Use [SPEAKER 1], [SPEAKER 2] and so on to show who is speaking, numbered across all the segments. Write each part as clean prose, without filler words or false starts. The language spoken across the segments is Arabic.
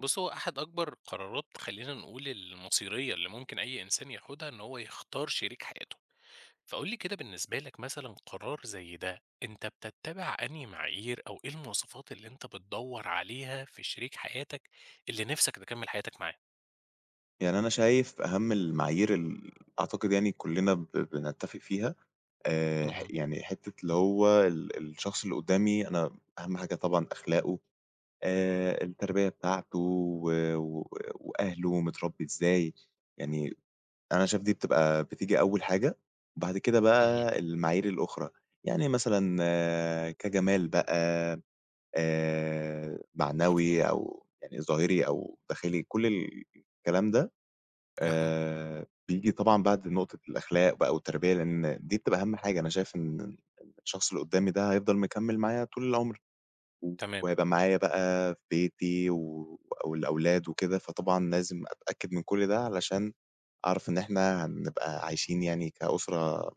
[SPEAKER 1] بُص، هو أحد أكبر قرارات خلّينا نقول المصيرية اللي ممكن أي إنسان ياخدها إن هو يختار شريك حياته، فقُل لي كده بالنسبة لك مثلًا قرار زي ده أنت بتتّبع أنهي معايير أو إيه المواصفات اللي أنت بتدوّر عليها في شريك حياتك اللي نِفْسك تكمّل حياتك معاه؟
[SPEAKER 2] يعني أنا شايف أهم المعايير أعتقد يعني كُلّنا بنتّفق فيها. ح
[SPEAKER 1] اهم،
[SPEAKER 2] يعني حتّة اللي هو الشخص اللي قدّامي أنا أهم حاجة طبعًا أخلاقه. التربية بتاعته و و وأهله متربّي إزاي، يعني أنا شايف دي بتبقى بتيجي أول حاجة، وبعد كده
[SPEAKER 1] اهم،
[SPEAKER 2] بقى المعايير الأخرى، يعني مثلًا آه، كجمال بقى.
[SPEAKER 1] مفهوم،
[SPEAKER 2] معنوي أو يعني ظاهري أو داخلي كل الكلام ده
[SPEAKER 1] أها،
[SPEAKER 2] بييجي طبعًا بعد نقطة الأخلاق بقى والتربية، لإن دي بتبقى أهم حاجة. أنا شايف إن الشخص اللي قدّامي ده هيفضل مكمّل معايا طول العمر، و-
[SPEAKER 1] تمام،
[SPEAKER 2] وهيبقى معايا بقى في بيتي والأولاد وكده، فطبعًا لازم أتأكد من كل ده علشان أعرف إن إحنا هنبقى عايشين يعني كأسرة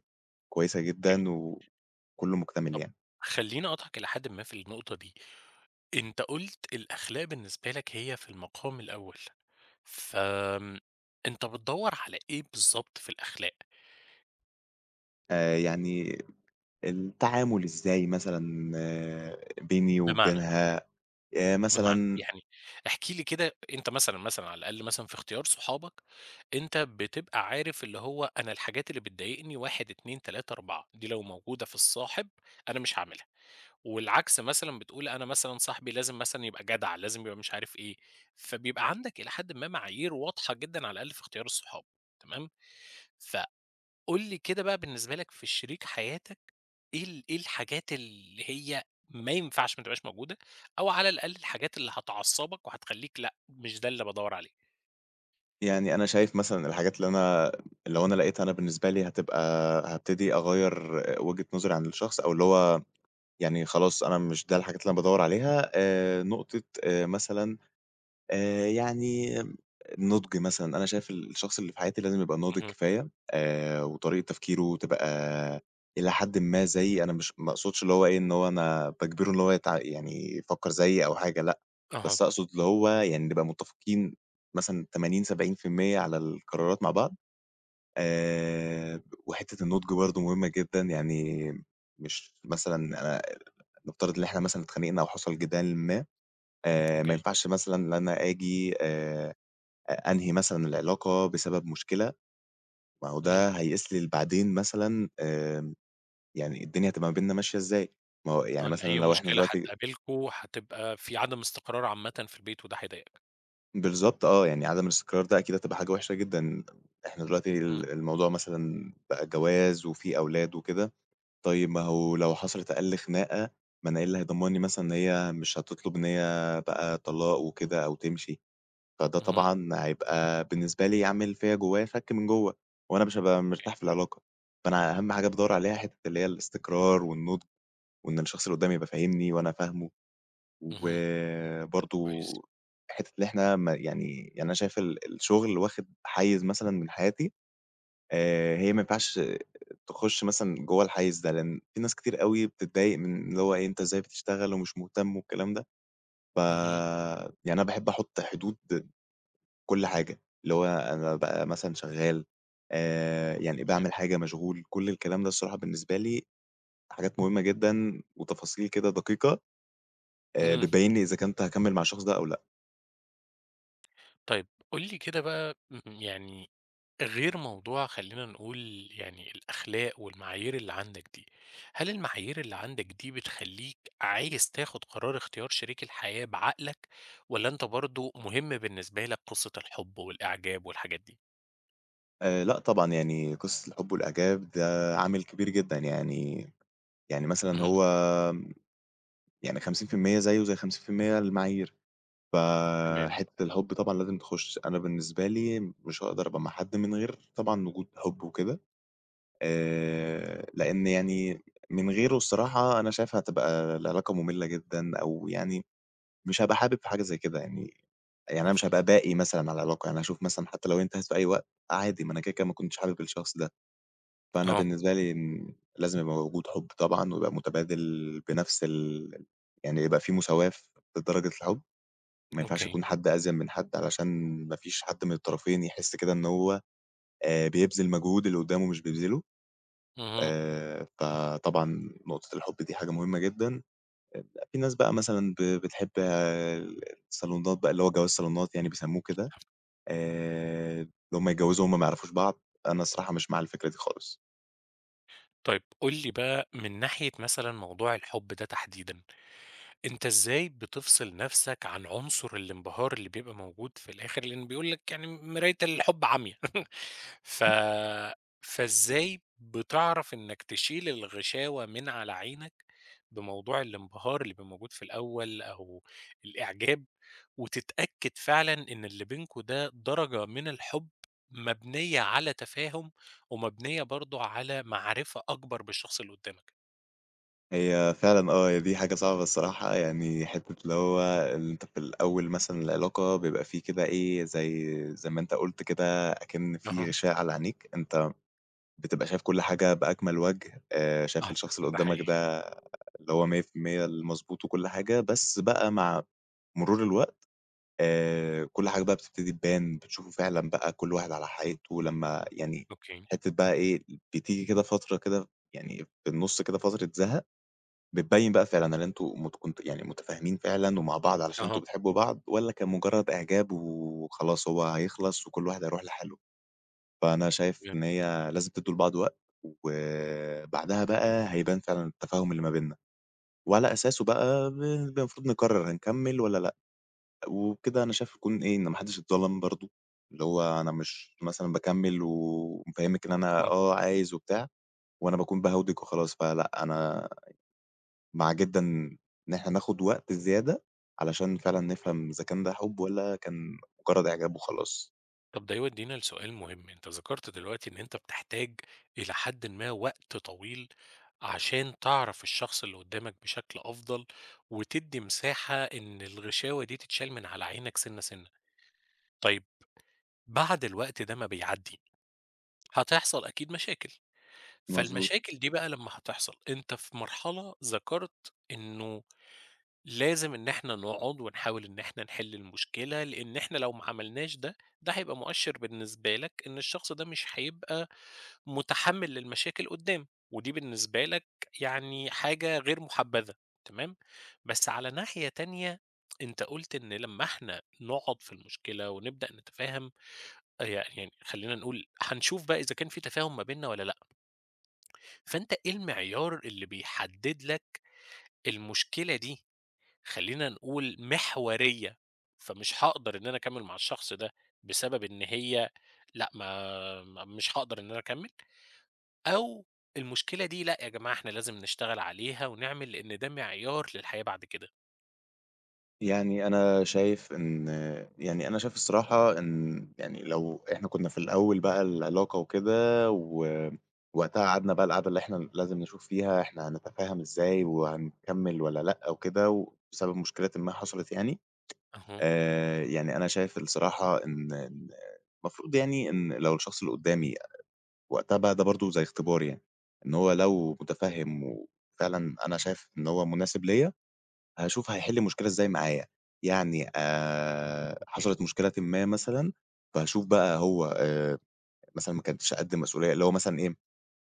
[SPEAKER 2] كويسة
[SPEAKER 1] أوكي.
[SPEAKER 2] جدًا وكُلّه مُكتمل
[SPEAKER 1] طَب
[SPEAKER 2] يعني.
[SPEAKER 1] خلّيني أقاطعك إلى حدٍ ما في النقطة دي، أنت قُلت الأخلاق بالنسبة لك هي في المقام الأول، فآمم أنت بتدوّر على إيه بالضبط في الأخلاق؟
[SPEAKER 2] يعني التعامل إزاي مثلًا آه، بيني
[SPEAKER 1] بمعنى،
[SPEAKER 2] وبينها.
[SPEAKER 1] بمعنى
[SPEAKER 2] مثلًا
[SPEAKER 1] يعني احكِ لي كده أنت مثلًا، مثلًا على الأقل مثلًا في اختيار صحابك، أنت بتبقى عارف اللي هو أنا الحاجات اللي بتضايقني 1، 2، 3، 4 دي لو موجودة في الصاحب أنا مش هاعملها، والعكس مثلًا بتقول أنا مثلًا صاحبي لازم مثلًا يبقى جدع، لازم يبقى مش عارف إيه، فبيبقى عندك إلى حدٍ ما معايير واضحة جدًا على الأقل في اختيار الصحاب، تمام؟ ف قُل لي كده بقى بالنسبة لك في شريك حياتك، إيه الحاجات اللي هي ما ينفعش ما تبقاش موجودة، أو على الأقل الحاجات اللي هتعصّبك وهتخلّيك لأ، مش ده اللي بادوّر عليه؟
[SPEAKER 2] يعني أنا شايف مثلًا الحاجات اللي أنا لو أنا لقيتها أنا بالنسبة لي هتبقى هابتدي أغيّر وجهة نظري عن الشخص أو اللي هو يعني خلاص أنا مش ده الحاجات اللي أنا بادوّر عليها. نقطة مثلًا يعني النُضج مثلًا، أنا شايف الشخص اللي في حياتي لازم يبقى ناضج
[SPEAKER 1] اهم،
[SPEAKER 2] كفاية. وطريقة تفكيره تبقى إلى حدٍ ما زيي، أنا مش ما أقصدش اللي هو إيه، إن هو أنا باجبره إن هو يعني يفكّر زيي أو حاجة لأ،
[SPEAKER 1] أها،
[SPEAKER 2] بس أقصد اللي هو يعني نبقى متّفقين مثلًا 80، 70% على القرارات مع بعض. وحتّة النُضج برضه مهمة جدًا، يعني مش مثلًا أنا نفترض إن إحنا مثلًا اتخانقنا أو حصل جدال ما. ما
[SPEAKER 1] أوكي،
[SPEAKER 2] ينفعش مثلًا إن أنا آجي أ أنهي مثلًا العلاقة بسبب مشكلة، ما هو
[SPEAKER 1] إمم،
[SPEAKER 2] ده هيسلل بعدين مثلًا. يعني الدنيا هتبقى ما بيننا ماشية إزاي؟ ما هو
[SPEAKER 1] آه،
[SPEAKER 2] يعني
[SPEAKER 1] إن
[SPEAKER 2] مثلًا
[SPEAKER 1] أي
[SPEAKER 2] لو إحنا
[SPEAKER 1] مشكلة
[SPEAKER 2] دلوقتي
[SPEAKER 1] هتقابلكم هتبقى في عدم استقرار عامةً في البيت وده هيضايقك.
[SPEAKER 2] بالضبط آه، يعني عدم الاستقرار ده أكيد هتبقى حاجة وحشة جدًا، إحنا دلوقتي
[SPEAKER 1] إمم،
[SPEAKER 2] الموضوع مثلًا بقى جواز وفي أولاد وكده. طيب ما هو لو حصلت أقل خناقة، ما أنا إيه اللي هيضمن لي مثلًا إن هي مش هتطلب إن هي بقى طلاق وكده أو تمشي؟ فده
[SPEAKER 1] اهم،
[SPEAKER 2] طبعًا هيبقى بالنسبة لي عامل فيّا جوّايا شَك من جوّه، وأنا مش هابقى مرتاح في العلاقة، فأنا أهم حاجة بادوّر عليها حتّة اللي هي الاستقرار والنُضج، وإن الشخص اللي قدّامي يبقى فاهمني وأنا فاهمه.
[SPEAKER 1] اهم،
[SPEAKER 2] وبرضه
[SPEAKER 1] كويس،
[SPEAKER 2] حتّة اللي إحنا ما يعني أنا شايف الشغل واخد حيّز مثلًا من حياتي. هي ما ينفعش تخُش مثلًا جوّه الحيّز ده، لإن في ناس كتير أوي بتتضايق من اللي هو إيه، أنت إزاي بتشتغل ومش مهتم والكلام ده. ف
[SPEAKER 1] اهم،
[SPEAKER 2] يعني أنا باحب أحُط حدود كل حاجة، اللي هو أنا بقى مثلًا شغّال. يعني
[SPEAKER 1] تمام،
[SPEAKER 2] باعمل حاجة، مشغول، كل الكلام ده الصراحة بالنسبة لي حاجات مهمة جدًا وتفاصيل كده دقيقة.
[SPEAKER 1] إمم،
[SPEAKER 2] بتبيّن لي إذا كنت هاكمّل مع الشخص ده أو لأ.
[SPEAKER 1] طيب قُل لي كده بقى يعني غير موضوع خلّينا نقول يعني الأخلاق والمعايير اللي عندك دي، هل المعايير اللي عندك دي بتخلّيك عايز تاخد قرار اختيار شريك الحياة بعقلك، والّا أنت برضه مهم بالنسبة لك قصة الحب والإعجاب والحاجات دي؟
[SPEAKER 2] لأ طبعًا يعني قصة الحب والإعجاب ده عامل كبير جدًا يعني. مثلًا
[SPEAKER 1] اهم،
[SPEAKER 2] هو. آمم، يعني 50% زيه زي 50% المعايير.
[SPEAKER 1] تمام،
[SPEAKER 2] فحتّة الحب طبعًا لازم تخُش. أنا بالنسبة لي مش هاقدر أبقى مع حد من غير طبعًا وجود حب وكده. لإن يعني من غيره الصراحة أنا شايف هتبقى العلاقة مملة جدًا، أو يعني مش هابقى حابب حاجة زي كده يعني. يعني أنا مش
[SPEAKER 1] مفهوم،
[SPEAKER 2] هابقى باقي مثلًا على العلاقة، يعني هاشوف مثلًا حتى لو هي انتهت في أي وقت عادي، ما أنا كده، كده ما كنتش حابب الشخص ده. فأنا
[SPEAKER 1] آه،
[SPEAKER 2] بالنسبة لي إن لازم يبقى موجود حُب طبعًا، ويبقى متبادل بنفس يعني يبقى في مساواة في درجة الحُب. ما ينفعش
[SPEAKER 1] أوكي،
[SPEAKER 2] يكون حد أذِم من حد، علشان ما فيش حد من الطرفين يحس كده إن هو بيبذل مجهود اللي قدّامه مش بيبذله.
[SPEAKER 1] اهم،
[SPEAKER 2] فطبعًا نقطة الحُب دي حاجة مهمة جدًا. آآ، في ناس بقى مثلًا بتحب آه، الصالونات بقى اللي هو جواز صالونات يعني بيسموه كده. اللي هم يتجوّزوا وهُم ما يعرفوش بعض، أنا الصراحة مش مع الفكرة دي خالص.
[SPEAKER 1] طيب قُل لي بقى من ناحية مثلًا موضوع الحب ده تحديدًا، أنت إزاي بتفصل نَفْسك عن عنصر الانبهار اللي بيبقى موجود في الآخر، لإن بيقول لك يعني مراية الحب عميا ف فإزاي بتعرف إنّك تشيل الغشاوة من على عينك بموضوع الانبهار اللي بيبقى موجود في الأول أو الإعجاب، وتتأكد فعلًا إن اللي بينكم ده درجة من الحب مبنية على تفاهم ومبنية برضه على معرفة أكبر بالشخص اللي قدّامك؟
[SPEAKER 2] هي فعلًا آه، هي دي حاجة صعبة الصراحة. يعني حتّة اللي هو اللي أنت في الأول مثلًا العلاقة بيبقى في كده إيه، زي ما أنت قُلت كده أكِن
[SPEAKER 1] أها،
[SPEAKER 2] في غشاء على عينيك. أنت بتبقى شايف كل حاجة بأكمل وجه. شايف
[SPEAKER 1] آه،
[SPEAKER 2] الشخص اللي
[SPEAKER 1] ده
[SPEAKER 2] قدّامك
[SPEAKER 1] حقيقي،
[SPEAKER 2] ده اللي هو 100% المضبوط وكل حاجة. بس بقى مع مرور الوقت كل حاجة بقى بتبتدي تبان، بتشوفه فعلًا بقى كل واحد على حقيقته لمّا يعني
[SPEAKER 1] أوكي،
[SPEAKER 2] حتّة بقى إيه. بتيجي كده فترة كده يعني في النُص كده فترة زهق. بتبيّن بقى فعلًا هل أنتم كنتم يعني متفاهمين فعلًا ومع بعض علشان
[SPEAKER 1] أها.
[SPEAKER 2] أنتم بتحبوا بعض والّا كان مجرّد إعجاب وخلاص هو هيخلص وكل واحد هيروح لحاله؟ فأنا شايف إن هي لازم تدّوا لبعض وقت، وبعدها بقى هيبان فعلًا التفاهم اللي ما بيننا، وعلى أساسه بقى المفروض نقرر هنكمّل والّا لأ. وبكده أنا شايف يكون إيه، إن ما حدش اتظلم برضه، اللي هو أنا مش مثلًا باكمّل ومفهّمِك إن أنا
[SPEAKER 1] آه،
[SPEAKER 2] آه عايز وبتاع، وأنا باكون باهاودِك وخلاص. فلأ أنا مع جدًا إن إحنا ناخد وقت زيادة علشان فعلًا
[SPEAKER 1] مضبوط.
[SPEAKER 2] نفهم إذا كان ده حُب والّا كان مجرّد إعجاب وخلاص.
[SPEAKER 1] طب ده يودينا لسؤال مهم، أنت ذكرت دلوقتي إن أنت بتحتاج إلى حدٍ ما وقت طويل عشان تعرف الشخص اللي قدامك بشكل أفضل، وتدّي مساحة إن الغشاوة دي تتشال من على عينك سِنّة، سِنّة. طيب بعد الوقت ده ما بيعدّي، هتحصل أكيد مشاكل،
[SPEAKER 2] مضبوط.
[SPEAKER 1] فالمشاكل دي بقى لمّا هتحصل، أنت في مرحلة ذكرت إنه لازم إن إحنا نقعد ونحاول إن إحنا نحل المشكلة، لإن إحنا لو ما عملناش ده، ده هيبقى مؤشر بالنسبة لك إن الشخص ده مش هيبقى متحمّل للمشاكل قدّام، ودي بالنسبة لك يعني حاجة غير محبذة، تمام؟ بس على ناحية تانية أنت قُلت إن لمّا إحنا نقعد في المشكلة ونبدأ نتفاهم يعني خلّينا نقول هنشوف بقى إذا كان في تفاهم ما بيننا والّا لأ، فأنت إيه المعيار اللي بيحدد لك المشكلة دي خلّينا نقول محورية، فمش هاقدر إن أنا أكمّل مع الشخص ده بسبب إن هي لأ ما ما مش هاقدر إن أنا أكمّل، أو المشكلة دي لأ يا جماعة إحنا لازم نشتغل عليها ونعمل لإن ده معيار للحياة بعد كده.
[SPEAKER 2] يعني أنا شايف إن يعني أنا شايف الصراحة إن يعني لو إحنا كنا في الأول بقى العلاقة وكده ووقتها قعدنا بقى القعدة اللي إحنا لازم نشوف فيها إحنا هنتفاهم إزاي وهنكمل ولا لأ وكده وبسبب مشكلة ما حصلت يعني.
[SPEAKER 1] أها،
[SPEAKER 2] يعني أنا شايف الصراحة إن المفروض يعني إن لو الشخص اللي قدّامي وقتها بقى ده برضه زي اختبار يعني، إن هو لو متفهم وفعلًا أنا شايف إن هو مناسب ليّا هاشوف هيحل المشكلة إزاي معايا. يعني
[SPEAKER 1] أوكي،
[SPEAKER 2] حصلت مشكلة ما مثلًا. فهاشوف بقى هو مثلًا ما كانتش قد المسؤولية، اللي هو مثلًا إيه،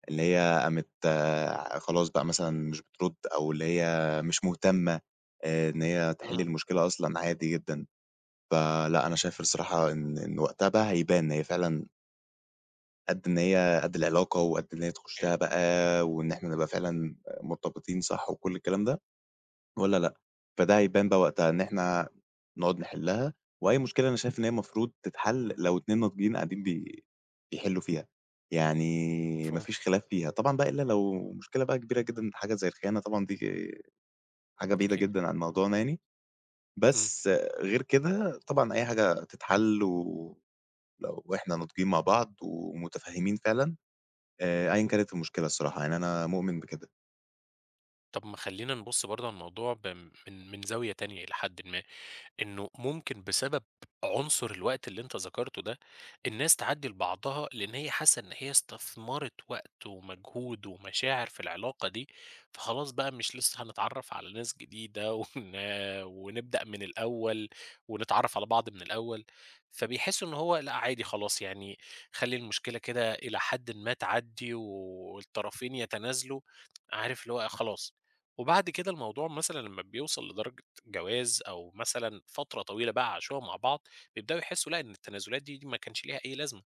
[SPEAKER 2] اللي هي قامت آه خلاص بقى مثلًا مش بترد أو اللي هي مش مهتمة إن هي تحل
[SPEAKER 1] إمم،
[SPEAKER 2] المشكلة أصلًا عادي جدًا. فلأ أنا شايف الصراحة إن وقتها بقى هيبان إن هي فعلًا قد العلاقة وقد إن هي تخشها
[SPEAKER 1] أوكي،
[SPEAKER 2] بقى وإن إحنا نبقى فعلًا مرتبطين صح وكل الكلام ده؟ والّا لأ. فده هيبان بقى وقتها إن إحنا نقعد نحلّها. وأي مشكلة أنا شايف إن هي المفروض تتحل لو 2 ناضجين قاعدين بيحلّوا فيها. يعني ما
[SPEAKER 1] مفهوم،
[SPEAKER 2] فيش خلاف فيها، طبعًا بقى إلا لو مشكلة بقى كبيرة جدًا، حاجة زي الخيانة طبعًا دي حاجة بعيدة
[SPEAKER 1] أكيد،
[SPEAKER 2] جدًا عن موضوعنا يعني.
[SPEAKER 1] اهم.
[SPEAKER 2] بس غير كده طبعًا أي حاجة تتحل ولو إحنا ناضجين مع بعض ومتفهمين فعلًا. أيًا كانت المشكلة الصراحة، يعني أنا مؤمن بكده.
[SPEAKER 1] طب ما خلّينا نبُص برضه على الموضوع من زاوية تانية إلى حدٍ ما. إنه ممكن بسبب عنصر الوقت اللي أنت ذكرته ده، الناس تعدّي لبعضها لإن هي حاسة إن هي استثمرت وقت ومجهود ومشاعر في العلاقة دي، فخلاص بقى مش لسه هنتعرّف على ناس جديدة ونبدأ من الأول ونتعرّف على بعض من الأول، فبيحسّوا إن هو لأ عادي خلاص يعني خلّي المشكلة كده إلى حدٍ ما تعدّي والطرفين يتنازلوا، عارف اللي هو خلاص. وبعد كده الموضوع مثلًا لمّا بيوصل لدرجة جواز أو مثلًا فترة طويلة بقى عاشوها مع بعض، بيبدأوا يحسّوا لأ، إن التنازلات دي ما كانش ليها أي لازمة،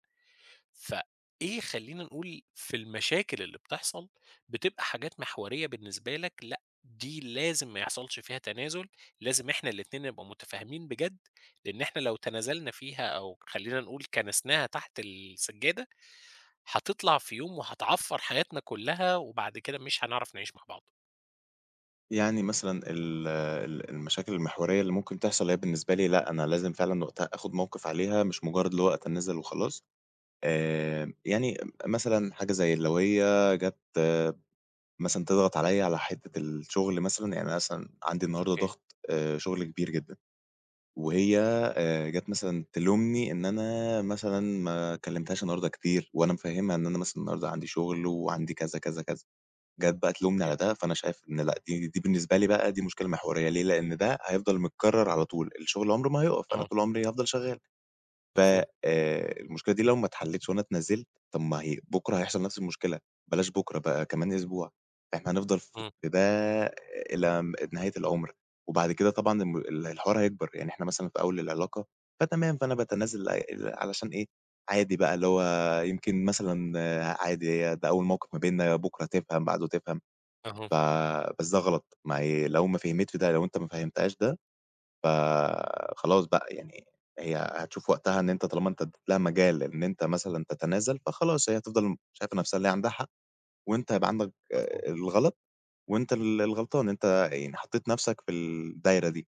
[SPEAKER 1] فإيه خلّينا نقول في المشاكل اللي بتحصل بتبقى حاجات محورية بالنسبة لك، لأ، دي لازم ما يحصلش فيها تنازل، لازم إحنا الاتنين نبقى متفاهمين بجد، لإن إحنا لو تنازلنا فيها أو خلّينا نقول كنسناها تحت السجادة، هتطلع في يوم وهتعفّر حياتنا كلّها وبعد كده مش هنعرف نعيش مع بعض.
[SPEAKER 2] يعني مثلًا ال ال المشاكل المحورية اللي ممكن تحصل هي بالنسبة لي لأ، أنا لازم فعلًا وقتها آخُد موقِف عليها، مش مجرّد اللي هو أتنازل وخلاص. يعني مثلًا حاجة زي لو هي جات مثلًا تضغط عليّا على حتّة الشغل مثلًا، يعني أنا مثلًا عندي النهارده
[SPEAKER 1] أوكي،
[SPEAKER 2] ضغط شغل كبير جدًا وهي جات مثلًا تلومني إن أنا مثلًا ما كلّمتهاش النهارده كتير وأنا مفهّمها إن أنا مثلًا النهارده عندي شغل وعندي كذا، كذا، كذا. جات بقى تلومني على
[SPEAKER 1] أوكي،
[SPEAKER 2] ده، فأنا شايف إن لأ، دي بالنسبة لي بقى دي مشكلة محورية ليه، لإن ده هيفضل متكرر على طول، الشغل عمره ما هيُقف، أنا
[SPEAKER 1] آه،
[SPEAKER 2] طول عمري هافضل شغال. ف
[SPEAKER 1] مفهوم،
[SPEAKER 2] المشكلة دي لو ما اتحلتش وأنا اتنزلت، طب ما هي بكرة هيحصل نفس المشكلة، بلاش بكرة بقى كمان أسبوع، إحنا هنفضل
[SPEAKER 1] إمم،
[SPEAKER 2] في ده إلى نهاية العمر. وبعد كده طبعًا الم ال الحوار هيكبر. يعني إحنا مثلًا في أول العلاقة، فتمام، فأنا باتنازل علشان إيه، عادي بقى اللي هو يمكن مثلًا آه، عادي ده أول موقف ما بيننا، بكرة تفهم، بعده تفهم.
[SPEAKER 1] أها،
[SPEAKER 2] ف بس ده غلط، ما هي لو ما فهمِتش ده، لو أنت ما فهمتهاش ده، فخلاص بقى يعني هي هتشوف وقتها إن أنت طالما أنت ادّيت لها مجال إن أنت مثلًا تتنازل، فخلاص هي هتفضل شايفة نفسها اللي هي عندها حق. وأنت هيبقى عندك
[SPEAKER 1] مفهوم،
[SPEAKER 2] آه، الغلط. وأنت الغلطان. أنت يعني حطيت نفسك في الدايرة دي.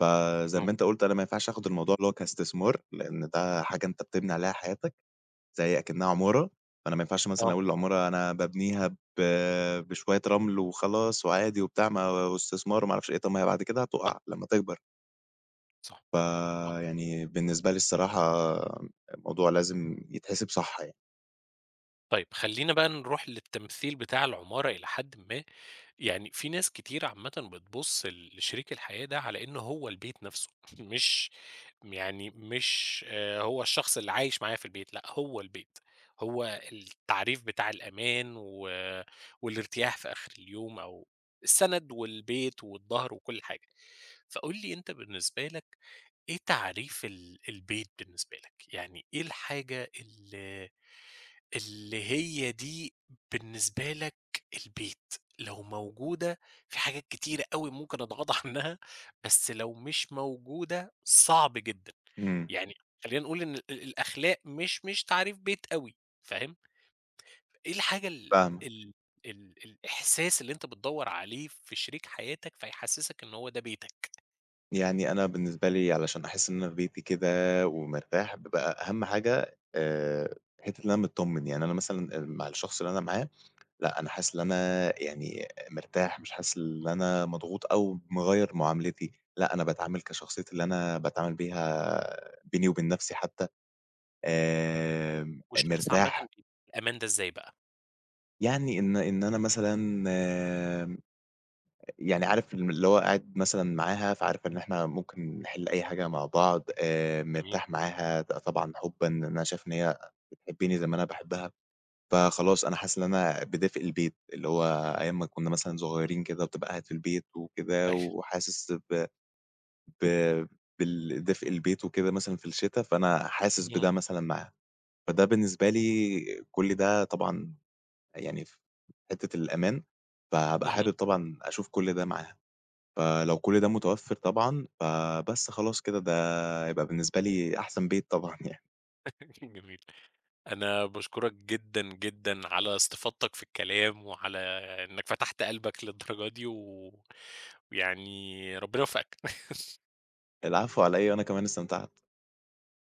[SPEAKER 2] فزي ما أنت قُلت أنا ما ينفعش آخد الموضوع اللي هو كاستثمار، لإن ده حاجة أنت بتبني عليها حياتك. زي أكنّها عمارة. فأنا ما ينفعش مثلًا
[SPEAKER 1] آه.
[SPEAKER 2] أقول العمارة أنا بابنيها بشوية رمل وخلاص وعادي وبتاع ما استثمار وما أعرفش إيه، طب ما هي بعد كده
[SPEAKER 1] صح،
[SPEAKER 2] هتُقع لمّا تكبر.
[SPEAKER 1] صح، صح.
[SPEAKER 2] فيعني بالنسبة لي الصراحة الموضوع لازم يتحسب صح يعني.
[SPEAKER 1] طيب خلّينا بقى نروح للتمثيل بتاع العمارة إلى حدٍ ما، يعني في ناس كتير عامةً بتبُص لشريك الحياة ده على إن هو البيت نَفْسه، مش يعني مش هو الشخص اللي عايش معايا في البيت، لأ هو البيت، هو التعريف بتاع الأمان والارتياح في آخر اليوم أو السَنَد والبيت والضهر وكل حاجة. فقُل لي أنت بالنسبة لك إيه تعريف البيت بالنسبة لك؟ يعني إيه الحاجة ال اللي هي دي بالنسبة لك البيت، لو موجودة في حاجات كتيرة أوي ممكن أتغاضى عنها، بس لو مش موجودة صعب جدًا،
[SPEAKER 2] إمم،
[SPEAKER 1] يعني خلّينا نقول إن الأخلاق مش مش تعريف بيت أوي، فاهم؟ إيه الحاجة ال
[SPEAKER 2] فاهمك.
[SPEAKER 1] ال ال الإحساس اللي أنت بتدوّر عليه في شريك حياتك فيحسّسك إن هو ده بيتك،
[SPEAKER 2] يعني أنا بالنسبة لي علشان أحس إن أنا في بيتي كده ومرتاح، بيبقى أهم حاجة حتّة إن أنا متطمن. يعني أنا مثلًا مع الشخص اللي أنا معاه لأ، أنا حاسس إن أنا يعني مرتاح، مش حاسس إن أنا مضغوط أو مغيّر معاملتي، لأ، أنا باتعامل كشخصيتي اللي أنا باتعامل بيها بيني وبين نفسي حتى.
[SPEAKER 1] والشخص عامةً
[SPEAKER 2] مرتاح.
[SPEAKER 1] بيدّيك الأمان ده إزاي بقى؟
[SPEAKER 2] يعني إن أنا مثلًا. آمم، يعني عارف اللي هو قاعد مثلًا معاها، فعارف إن إحنا ممكن نحل أي حاجة مع بعض.
[SPEAKER 1] جميل،
[SPEAKER 2] مرتاح معاها طبعًا حُبًا، أنا شايف إن هي بتحبني زي ما أنا باحبها. فخلاص أنا حاسس إن أنا بدافئ البيت، اللي هو أيام ما كنا مثلًا صغيرين كده بتبقى قاعد في البيت وكده
[SPEAKER 1] أيوه،
[SPEAKER 2] وحاسس ب ب بال دفء البيت وكده مثلًا في الشتا. فأنا حاسس
[SPEAKER 1] اهم،
[SPEAKER 2] بده مثلًا معاها. فده بالنسبة لي كل ده طبعًا يعني في حتّة الأمان. فهابقى
[SPEAKER 1] اهم،
[SPEAKER 2] حابب طبعًا أشوف كل ده معاها. فلو كل ده متوفر طبعًا فبس خلاص كده ده هيبقى بالنسبة لي أحسن بيت طبعًا يعني.
[SPEAKER 1] جميل. أنا باشكرك جدًا، جدًا على استفاضتك في الكلام، وعلى إنك فتحت قلبك للدرجة دي، ويعني ربنا يوفقك.
[SPEAKER 2] العفو على إيه، وأنا كمان استمتعت.